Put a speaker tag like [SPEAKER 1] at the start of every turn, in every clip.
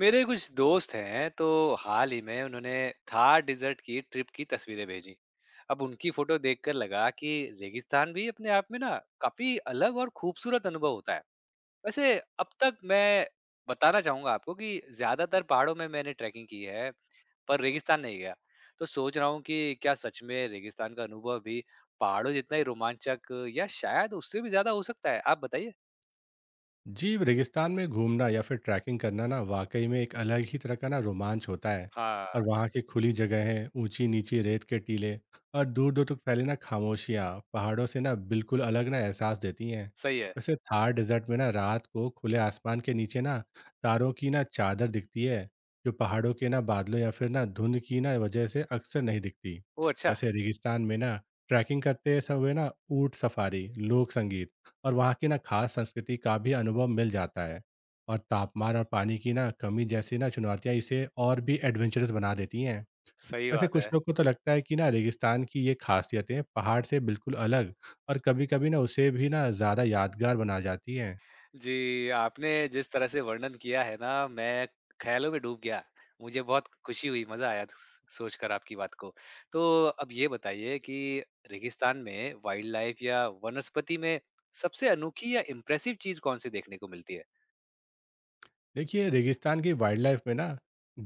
[SPEAKER 1] मेरे कुछ दोस्त हैं तो हाल ही में उन्होंने थार डिजर्ट की ट्रिप की तस्वीरें भेजी। अब उनकी फोटो देखकर लगा कि रेगिस्तान भी अपने आप में ना काफी अलग और खूबसूरत अनुभव होता है। वैसे अब तक मैं बताना चाहूंगा आपको कि ज्यादातर पहाड़ों में मैंने ट्रैकिंग की है, पर रेगिस्तान नहीं गया। तो सोच रहा हूँ कि क्या सच में रेगिस्तान का अनुभव भी पहाड़ों जितना ही रोमांचक या शायद उससे भी ज्यादा हो सकता है? आप बताइए।
[SPEAKER 2] जी रेगिस्तान में घूमना या फिर ट्रैकिंग करना ना वाकई में एक अलग ही तरह का ना रोमांच होता है।
[SPEAKER 1] हाँ।
[SPEAKER 2] और वहाँ की खुली जगहें, ऊंची नीची रेत के टीले और दूर दूर तक फैली ना खामोशियाँ पहाड़ों से ना बिल्कुल अलग ना एहसास देती हैं।
[SPEAKER 1] सही है।
[SPEAKER 2] वैसे थार डेजर्ट में ना रात को खुले आसमान के नीचे ना तारों की ना चादर दिखती है, जो पहाड़ों के ना बादलों या फिर ना धुंध की ना वजह से अक्सर नहीं दिखती।
[SPEAKER 1] वो अच्छा।
[SPEAKER 2] वैसे रेगिस्तान में ना ट्रैकिंग करते समय ना ऊँट सफारी, लोक संगीत और वहाँ की ना खास संस्कृति का भी अनुभव मिल जाता है। और तापमान और पानी की ना कमी जैसी ना चुनौतियाँ इसे और भी एडवेंचरस बना देती हैं।
[SPEAKER 1] सही
[SPEAKER 2] वैसे
[SPEAKER 1] बात
[SPEAKER 2] कुछ
[SPEAKER 1] है।
[SPEAKER 2] लोग को तो लगता है कि ना रेगिस्तान की ये खासियतें पहाड़ से बिल्कुल अलग और कभी कभी ना उसे भी ना ज़्यादा यादगार बना जाती हैं।
[SPEAKER 1] जी, आपने जिस तरह से वर्णन किया है ना, मैं ख़्यालों में डूब गया। मुझे बहुत खुशी हुई, मज़ा आया तो स सोचकर आपकी बात को। तो अब ये बताइए कि रेगिस्तान में वाइल्ड लाइफ़ या वनस्पति में सबसे अनोखी या इम्प्रेसिव चीज़ कौन-सी देखने को मिलती है?
[SPEAKER 2] देखिए रेगिस्तान की वाइल्ड लाइफ में ना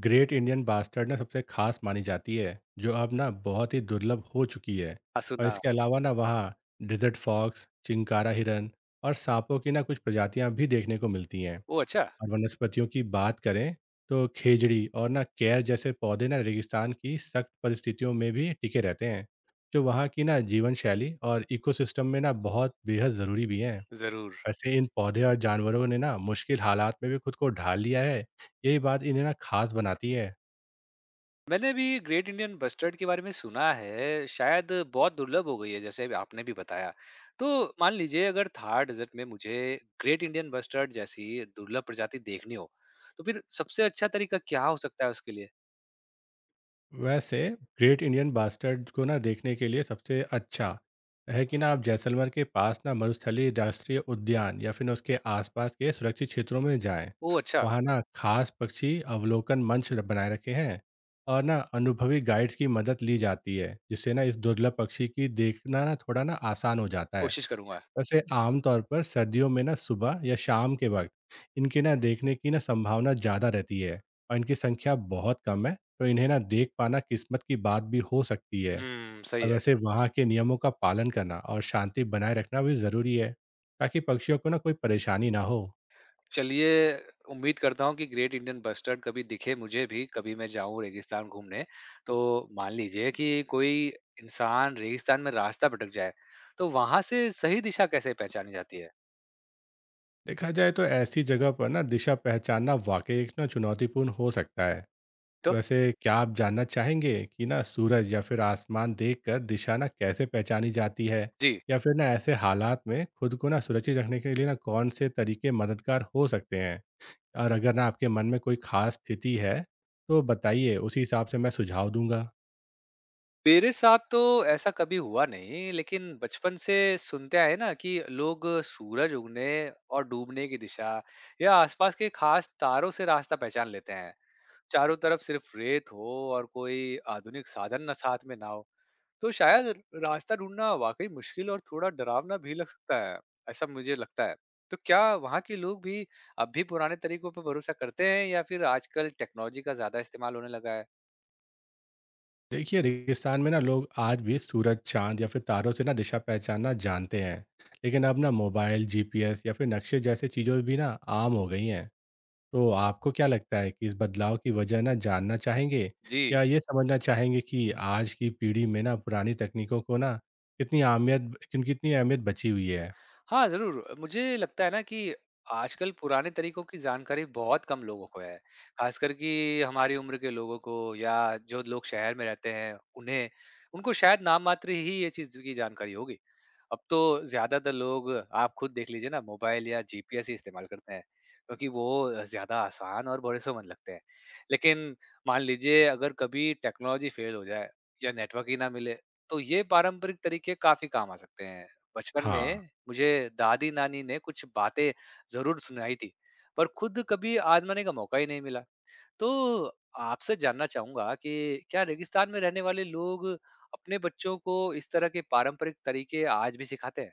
[SPEAKER 2] ग्रेट इंडियन बास्टर्ड ना सबसे खास मानी जाती है, जो अब ना बहुत ही दुर्लभ हो चुकी है।
[SPEAKER 1] हाँ,
[SPEAKER 2] और
[SPEAKER 1] सुना।
[SPEAKER 2] इसके अलावा ना वहाँ डिजर्ट फॉक्स, चिंकारा हिरन और सांपों की ना कुछ प्रजातियां भी देखने को मिलती हैं।
[SPEAKER 1] ओह! अच्छा।
[SPEAKER 2] और वनस्पतियों की बात करें तो खेजड़ी और ना केर जैसे पौधे ना रेगिस्तान की सख्त परिस्थितियों में भी टिके रहते हैं, जो वहाँ की ना जीवन शैली और इकोसिस्टम में ना बहुत बेहद ज़रूरी भी हैं।
[SPEAKER 1] ज़रूर।
[SPEAKER 2] वैसे इन पौधे और जानवरों ने ना मुश्किल हालात में भी खुद को ढाल लिया है, यही बात इन्हें ना खास बनाती है।
[SPEAKER 1] मैंने भी ग्रेट इंडियन बस्टर्ड के बारे में सुना है, शायद बहुत दुर्लभ हो गई है, जैसे अभी आपने भी बताया। तो मान लीजिए अगर थार डेज़र्ट में मुझे ग्रेट इंडियन बस्टर्ड जैसी दुर्लभ प्रजाति देखनी हो, तो फिर सबसे अच्छा तरीका क्या हो सकता है उसके लिए?
[SPEAKER 2] वैसे ग्रेट इंडियन बास्टर्ड को ना देखने के लिए सबसे अच्छा है कि ना आप जैसलमेर के पास ना मरुस्थलीय राष्ट्रीय उद्यान या फिर ना उसके आसपास के सुरक्षित क्षेत्रों में जाएं।
[SPEAKER 1] ओह अच्छा।
[SPEAKER 2] वहाँ ना खास पक्षी अवलोकन मंच बनाए रखे हैं और ना अनुभवी गाइड्स की मदद ली जाती है, जिससे ना इस दुर्लभ पक्षी की देखना ना थोड़ा ना आसान हो जाता है।
[SPEAKER 1] कोशिश करूँगा।
[SPEAKER 2] वैसे आमतौर पर सर्दियों में ना सुबह या शाम के वक्त इनके ना देखने की ना संभावना ज़्यादा रहती है, और इनकी संख्या बहुत कम है तो इन्हें ना देख पाना किस्मत की बात भी हो सकती है।
[SPEAKER 1] हुँ, सही
[SPEAKER 2] और
[SPEAKER 1] है।
[SPEAKER 2] वैसे वहाँ के नियमों का पालन करना और शांति बनाए रखना भी ज़रूरी है, ताकि पक्षियों को ना कोई परेशानी ना हो।
[SPEAKER 1] चलिए, उम्मीद करता हूँ कि ग्रेट इंडियन बस्टर्ड कभी दिखे मुझे भी, कभी मैं जाऊँ रेगिस्तान घूमने। तो मान लीजिए कि कोई इंसान रेगिस्तान में रास्ता भटक जाए, तो वहाँ से सही दिशा कैसे पहचानी जाती है?
[SPEAKER 2] देखा जाए तो ऐसी जगह पर ना दिशा पहचानना वाकई एक ना चुनौतीपूर्ण हो सकता है।
[SPEAKER 1] तो
[SPEAKER 2] वैसे क्या आप जानना चाहेंगे कि ना सूरज या फिर आसमान देखकर दिशा ना कैसे पहचानी जाती है,
[SPEAKER 1] जी,
[SPEAKER 2] या फिर ना ऐसे हालात में खुद को ना सुरक्षित रखने के लिए ना कौन से तरीके मददगार हो सकते हैं? और अगर ना आपके मन में कोई खास स्थिति है तो बताइए, उसी हिसाब से मैं सुझाव दूंगा।
[SPEAKER 1] मेरे साथ तो ऐसा कभी हुआ नहीं, लेकिन बचपन से सुनते आए ना कि लोग सूरज उगने और डूबने की दिशा या आसपास के खास तारों से रास्ता पहचान लेते हैं। चारों तरफ सिर्फ रेत हो और कोई आधुनिक साधन ना साथ में ना हो, तो शायद रास्ता ढूंढना वाकई मुश्किल और थोड़ा डरावना भी लग सकता है। ऐसा मुझे लगता है। तो क्या वहाँ के लोग भी अब भी पुराने तरीकों पर भरोसा करते हैं या फिर आजकल टेक्नोलॉजी का ज्यादा इस्तेमाल होने लगा है?
[SPEAKER 2] देखिए रेगिस्तान में ना लोग आज भी सूरज, चांद या फिर तारों से ना दिशा पहचानना जानते हैं, लेकिन अब ना मोबाइल जीपीएस या फिर नक्शे जैसे चीज़ें भी ना आम हो गई हैं। तो आपको क्या लगता है कि इस बदलाव की वजह ना जानना चाहेंगे,
[SPEAKER 1] जी।
[SPEAKER 2] या ये समझना चाहेंगे कि आज की पीढ़ी में ना पुरानी तकनीकों को ना कितनी अहमियत कितनी अहमियत बची हुई है?
[SPEAKER 1] हाँ, ज़रूर। मुझे लगता है ना कि आजकल पुराने तरीकों की जानकारी बहुत कम लोगों को है। ख़ासकर कि हमारी उम्र के लोगों को या जो लोग शहर में रहते हैं, उन्हें उनको शायद नाममात्र ही ये चीज़ की जानकारी होगी। अब तो ज़्यादातर लोग, आप खुद देख लीजिए ना, मोबाइल या जीपीएस ही इस्तेमाल करते हैं, क्योंकि वो ज़्यादा आसान और भरोसेमंद लगते हैं। लेकिन मान लीजिए अगर कभी टेक्नोलॉजी फ़ेल हो जाए या नेटवर्क ही ना मिले, तो ये पारंपरिक तरीके काफ़ी काम आ सकते हैं। बचपन
[SPEAKER 2] हाँ,
[SPEAKER 1] में मुझे दादी-नानी ने कुछ बातें ज़रूर सुनाई थी, पर खुद कभी आज़माने का मौका ही नहीं मिला। तो आपसे जानना चाहूँगा कि क्या रेगिस्तान में रहने वाले लोग अपने बच्चों को इस तरह के पारंपरिक तरीके आज भी सिखाते हैं?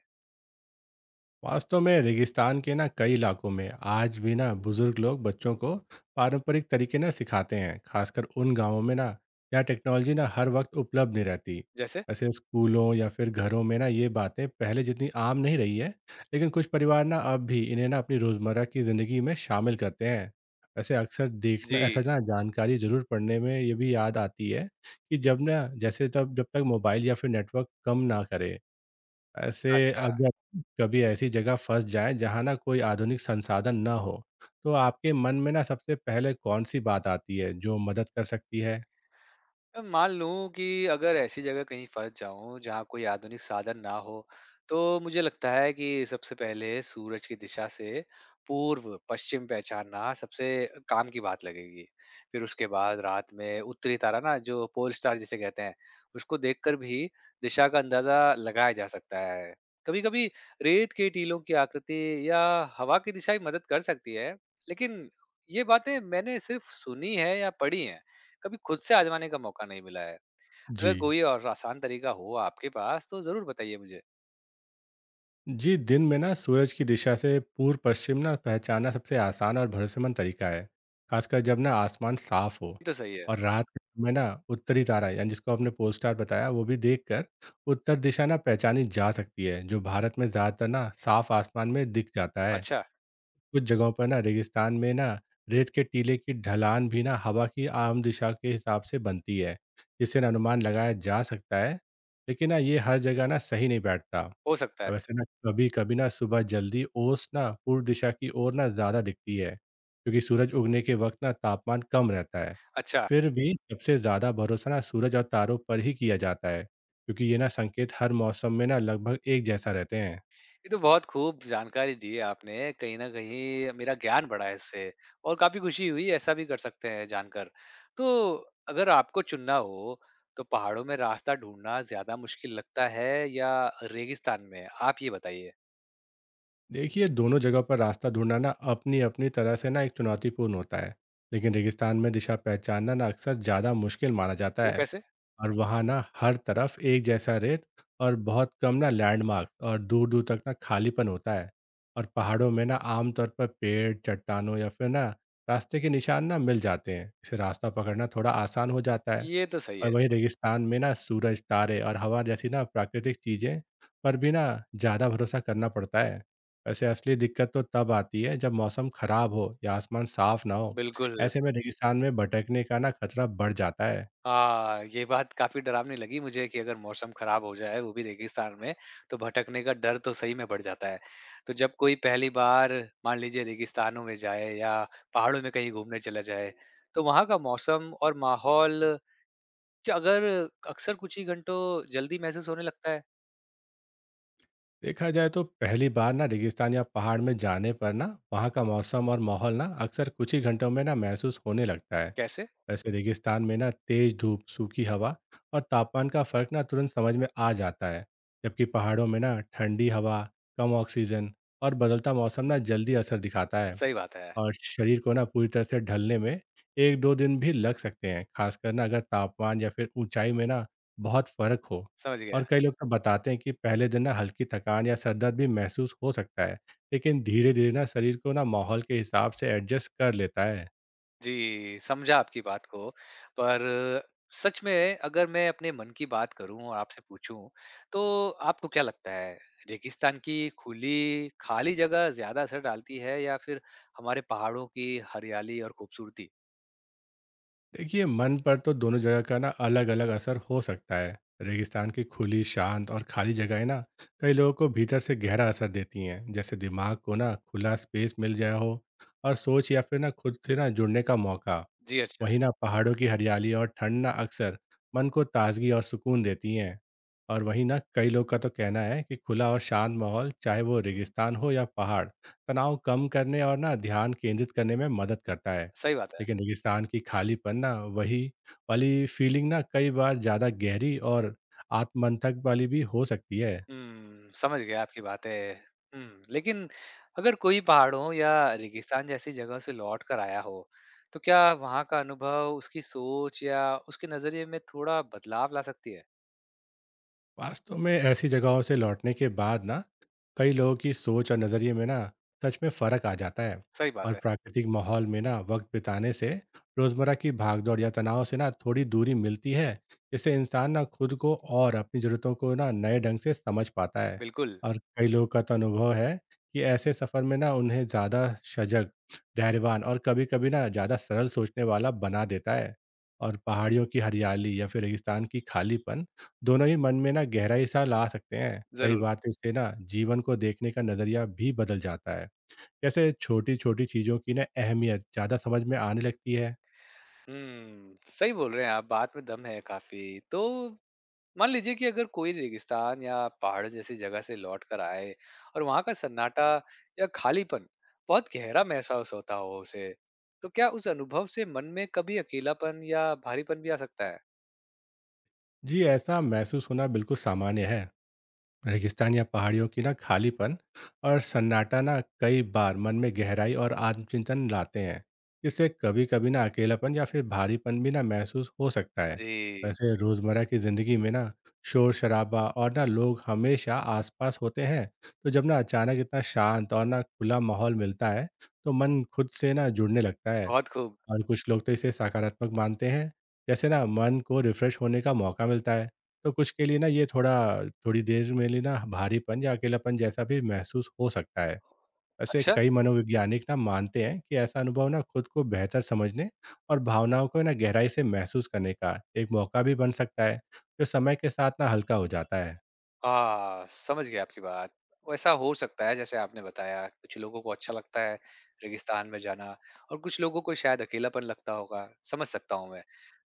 [SPEAKER 2] वास्तव में रेगिस्तान के ना कई इलाकों में आज भी ना बुजुर्ग लोग बच्चों को पारंपरिक तरीके ना सिखाते हैं, खासकर उन गांवों में ना जहाँ टेक्नोलॉजी ना हर वक्त उपलब्ध नहीं रहती।
[SPEAKER 1] जैसे?
[SPEAKER 2] ऐसे स्कूलों या फिर घरों में ना ये बातें पहले जितनी आम नहीं रही है, लेकिन कुछ परिवार ना अब भी इन्हें ना अपनी रोजमर्रा की जिंदगी में शामिल करते हैं। वैसे अक्सर देखना ऐसा
[SPEAKER 1] जी,
[SPEAKER 2] ना जानकारी जरूर पढ़ने में ये भी याद आती है कि जब ना जैसे तब जब तक मोबाइल या फिर नेटवर्क कम ना करे ऐसे।
[SPEAKER 1] अच्छा।
[SPEAKER 2] अगर कभी ऐसी जगह फँस जाएँ जहाँ ना कोई आधुनिक संसाधन ना हो, तो आपके मन में ना सबसे पहले कौन-सी बात आती है जो मदद कर सकती है?
[SPEAKER 1] मान लूँ कि अगर ऐसी जगह कहीं फँस जाऊँ जहाँ कोई आधुनिक साधन ना हो, तो मुझे लगता है कि सबसे पहले सूरज की दिशा से पूर्व पश्चिम पहचानना सबसे काम की बात लगेगी। फिर उसके बाद रात में उत्तरी तारा, ना जो पोल स्टार जिसे कहते हैं, उसको देखकर भी दिशा का अंदाज़ा लगाया जा सकता है। कभी-कभी रेत के टीलों की आकृति या हवा की दिशा भी मदद कर सकती है, लेकिन ये बातें मैंने सिर्फ सुनी है या पढ़ी हैं। कभी खुद से आज़माने का मौका नहीं मिला है। अगर
[SPEAKER 2] जी।
[SPEAKER 1] कोई और आसान तरीका हो आपके पास तो ज़रूर बताइए मुझे।
[SPEAKER 2] जी, दिन में ना सूरज की दिशा से पूर्व-पश्चिम ना पहचानना सबसे आसान और भरोसेमंद तरीका है, खासकर जब ना आसमान साफ हो।
[SPEAKER 1] ये तो सही है।
[SPEAKER 2] और रात के समय ना उत्तरी तारा, यानी जिसको आपने पोल स्टार बताया, वो भी देखकर उत्तर दिशा ना पहचानी जा सकती है, जो भारत में ज़्यादातर ना साफ आसमान में दिख जाता है।
[SPEAKER 1] अच्छा,
[SPEAKER 2] कुछ जगहों पर ना रेगिस्तान में ना रेत के टीले की ढलान भी ना हवा की आम दिशा के हिसाब से बनती है, जिससे ना अनुमान लगाया जा सकता है, लेकिन ना ये हर जगह ना सही नहीं बैठता।
[SPEAKER 1] हो सकता
[SPEAKER 2] और
[SPEAKER 1] है।
[SPEAKER 2] वैसे ना कभी कभी ना सुबह जल्दी ओस ना पूर्व दिशा की ओर ना ज़्यादा दिखती है, क्योंकि सूरज उगने के वक्त ना तापमान कम रहता है।
[SPEAKER 1] अच्छा,
[SPEAKER 2] फिर भी सबसे ज़्यादा भरोसा ना सूरज और तारों पर ही किया जाता है, क्योंकि ये ना संकेत हर मौसम में ना लगभग एक जैसा रहते हैं।
[SPEAKER 1] ये तो बहुत खूब जानकारी दी है आपने। कहीं न कहीं मेरा ज्ञान बढ़ा है इससे, और काफ़ी खुशी हुई ऐसा भी कर सकते हैं जानकर। तो अगर आपको चुनना हो तो पहाड़ों में रास्ता ढूँढना ज़्यादा मुश्किल लगता है या रेगिस्तान में? आप ये बताइए।
[SPEAKER 2] देखिए दोनों जगह पर रास्ता ढूंढना ना अपनी अपनी तरह से ना एक चुनौतीपूर्ण होता है, लेकिन रेगिस्तान में दिशा पहचानना ना अक्सर ज़्यादा मुश्किल माना जाता
[SPEAKER 1] वो
[SPEAKER 2] है।
[SPEAKER 1] कैसे?
[SPEAKER 2] और वहाँ ना हर तरफ एक जैसा रेत और बहुत कम ना लैंडमार्क और दूर दूर तक ना खालीपन होता है। और पहाड़ों में ना आमतौर पर पेड़, चट्टानों या फिर ना रास्ते के निशान ना मिल जाते हैं, इससे रास्ता पकड़ना थोड़ा आसान हो जाता है।
[SPEAKER 1] ये तो सही
[SPEAKER 2] और
[SPEAKER 1] है।
[SPEAKER 2] वहीं रेगिस्तान में ना सूरज, तारे और हवा जैसी ना प्राकृतिक चीज़ें पर भी ना ज़्यादा भरोसा करना पड़ता है। वैसे असली दिक्कत तो तब आती है जब मौसम खराब हो या आसमान साफ ना हो।
[SPEAKER 1] बिल्कुल।
[SPEAKER 2] ऐसे में रेगिस्तान में भटकने का ना खतरा बढ़ जाता है।
[SPEAKER 1] हाँ, ये बात काफ़ी डरावनी लगी मुझे कि अगर मौसम खराब हो जाए, वो भी रेगिस्तान में, तो भटकने का डर तो सही में बढ़ जाता है। तो जब कोई पहली बार मान लीजिए रेगिस्तानों में जाए या पहाड़ों में कहीं घूमने चला जाए, तो वहाँ का मौसम और माहौल क्या अगर अक्सर कुछ ही घंटों जल्दी महसूस होने लगता है।
[SPEAKER 2] देखा जाए तो पहली बार ना रेगिस्तान या पहाड़ में जाने पर ना वहाँ का मौसम और माहौल ना अक्सर कुछ ही घंटों में ना महसूस होने लगता है।
[SPEAKER 1] कैसे?
[SPEAKER 2] वैसे रेगिस्तान में ना तेज धूप, सूखी हवा और तापमान का फर्क ना तुरंत समझ में आ जाता है, जबकि पहाड़ों में ना ठंडी हवा, कम ऑक्सीजन और बदलता मौसम ना जल्दी असर दिखाता है।
[SPEAKER 1] सही बात है,
[SPEAKER 2] और शरीर को ना पूरी तरह से ढलने में एक दो दिन भी लग सकते हैं, खासकर ना अगर तापमान या फिर ऊंचाई में ना बहुत फर्क हो।
[SPEAKER 1] समझ
[SPEAKER 2] और
[SPEAKER 1] गया।
[SPEAKER 2] कई लोग तो बताते हैं कि पहले दिन ना हल्की थकान या सर दर्द भी महसूस हो सकता है, लेकिन धीरे-धीरे ना शरीर को ना माहौल के हिसाब से एडजस्ट कर लेता है।
[SPEAKER 1] जी, समझा आपकी बात को। पर सच में अगर मैं अपने मन की बात करूँ और आपसे पूछूँ, तो आपको क्या लगता है, रेगिस्तान की खुली, खाली जगह ज़्यादा असर डालती है या फिर हमारे पहाड़ों की हरियाली और खूबसूरती?
[SPEAKER 2] देखिए मन पर तो दोनों जगह का ना अलग-अलग असर हो सकता है। रेगिस्तान की खुली, शांत और खाली जगहें ना कई लोगों को भीतर से गहरा असर देती हैं, जैसे दिमाग को ना खुला स्पेस मिल गया हो और सोच या फिर ना खुद से ना जुड़ने का मौका।
[SPEAKER 1] जी, अच्छा,
[SPEAKER 2] वहीं ना पहाड़ों की हरियाली और ठंड ना अक्सर मन को ताजगी और सुकून देती हैं। और वहीं ना कई लोग का तो कहना है कि खुला और शांत माहौल, चाहे वो रेगिस्तान हो या पहाड़, तनाव कम करने और ना ध्यान केंद्रित करने में मदद करता है।
[SPEAKER 1] सही बात है।
[SPEAKER 2] लेकिन रेगिस्तान की खालीपन ना वही वाली फीलिंग ना कई बार ज़्यादा गहरी और आत्मंथक वाली भी हो सकती है।
[SPEAKER 1] हुँ, समझ गया आपकी बातें। हुँ, लेकिन अगर कोई पहाड़ों या रेगिस्तान जैसी जगह से लौट कर आया हो, तो क्या वहाँ का अनुभव उसकी सोच या उसके नज़रिए में थोड़ा बदलाव ला सकती है?
[SPEAKER 2] वास्तव में ऐसी जगहों से लौटने के बाद ना कई लोगों की सोच और नज़रिए में ना सच में फ़र्क आ जाता है।
[SPEAKER 1] सही
[SPEAKER 2] और
[SPEAKER 1] बात है।
[SPEAKER 2] प्राकृतिक माहौल में ना वक्त बिताने से रोज़मर्रा की भागदौड़ या तनाव से ना थोड़ी दूरी मिलती है, जिससे इंसान ना खुद को और अपनी ज़रूरतों को ना नए ढंग से समझ पाता है।
[SPEAKER 1] बिल्कुल,
[SPEAKER 2] और कई लोगों का तो अनुभव है कि ऐसे सफ़र में ना उन्हें ज़्यादा सजग, धैर्यवान और कभी कभी ना ज़्यादा सरल सोचने वाला बना देता है। और पहाड़ियों की हरियाली या फिर रेगिस्तान की खालीपन दोनों ही मन में ना गहराई सा ला सकते हैं। कई
[SPEAKER 1] ज़रूर।
[SPEAKER 2] बार तो इससे ना जीवन को देखने का नज़रिया भी बदल जाता है। जैसे छोटी-छोटी चीज़ों की ना अहमियत ज़्यादा समझ में आने लगती है।
[SPEAKER 1] हुँ, सही बोल रहे हैं आप, बात में दम है काफ़ी। तो मान लीजिए कि अगर कोई रेगिस्तान या पहाड़ जैसी जगह से लौट कर आए और वहाँ का सन्नाटा या खालीपन बहुत गहरा महसूस होता हो उसे, तो क्या उस अनुभव से मन में कभी अकेलापन या भारीपन भी आ सकता है?
[SPEAKER 2] जी, ऐसा महसूस होना बिल्कुल सामान्य है। रेगिस्तान या पहाड़ियों की ना खालीपन और सन्नाटा ना कई बार मन में गहराई और आत्मचिंतन लाते हैं। इससे कभी कभी ना अकेलापन या फिर भारीपन भी ना महसूस हो सकता है।
[SPEAKER 1] जी,
[SPEAKER 2] वैसे रोज़मर्रा की ज़िंदगी में ना शोर शराबा और ना लोग हमेशा आसपास होते हैं, तो जब ना अचानक इतना शांत और ना खुला माहौल मिलता है तो मन खुद से ना जुड़ने लगता है।
[SPEAKER 1] बहुत खूब।
[SPEAKER 2] और कुछ लोग तो इसे सकारात्मक मानते हैं, जैसे ना मन को रिफ्रेश होने का मौका मिलता है, तो कुछ के लिए ना ये थोड़ा थोड़ी देर में लिए ना भारीपन या अकेलापन जैसा भी महसूस हो सकता है। वैसे
[SPEAKER 1] अच्छा।
[SPEAKER 2] कई मनोवैज्ञानिक ना मानते हैं कि ऐसा अनुभव ना खुद को बेहतर समझने और भावनाओं को ना गहराई से महसूस करने का एक मौका भी बन सकता है, जो समय के साथ ना हल्का हो जाता है।
[SPEAKER 1] समझ गया आपकी बात। वैसा हो सकता है जैसे आपने बताया, कुछ लोगों को अच्छा लगता है रेगिस्तान में जाना और कुछ लोगों को शायद अकेलापन लगता होगा, समझ सकता हूँ मैं।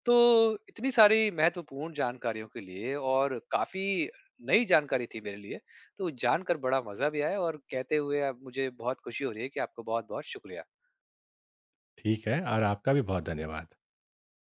[SPEAKER 1] तो इतनी सारी महत्वपूर्ण जानकारियों के लिए, और काफ़ी नई जानकारी थी मेरे लिए, तो जानकर बड़ा मज़ा भी आया और कहते हुए अब मुझे बहुत खुशी हो रही है कि आपको बहुत-बहुत शुक्रिया।
[SPEAKER 2] ठीक है, और आपका भी बहुत धन्यवाद।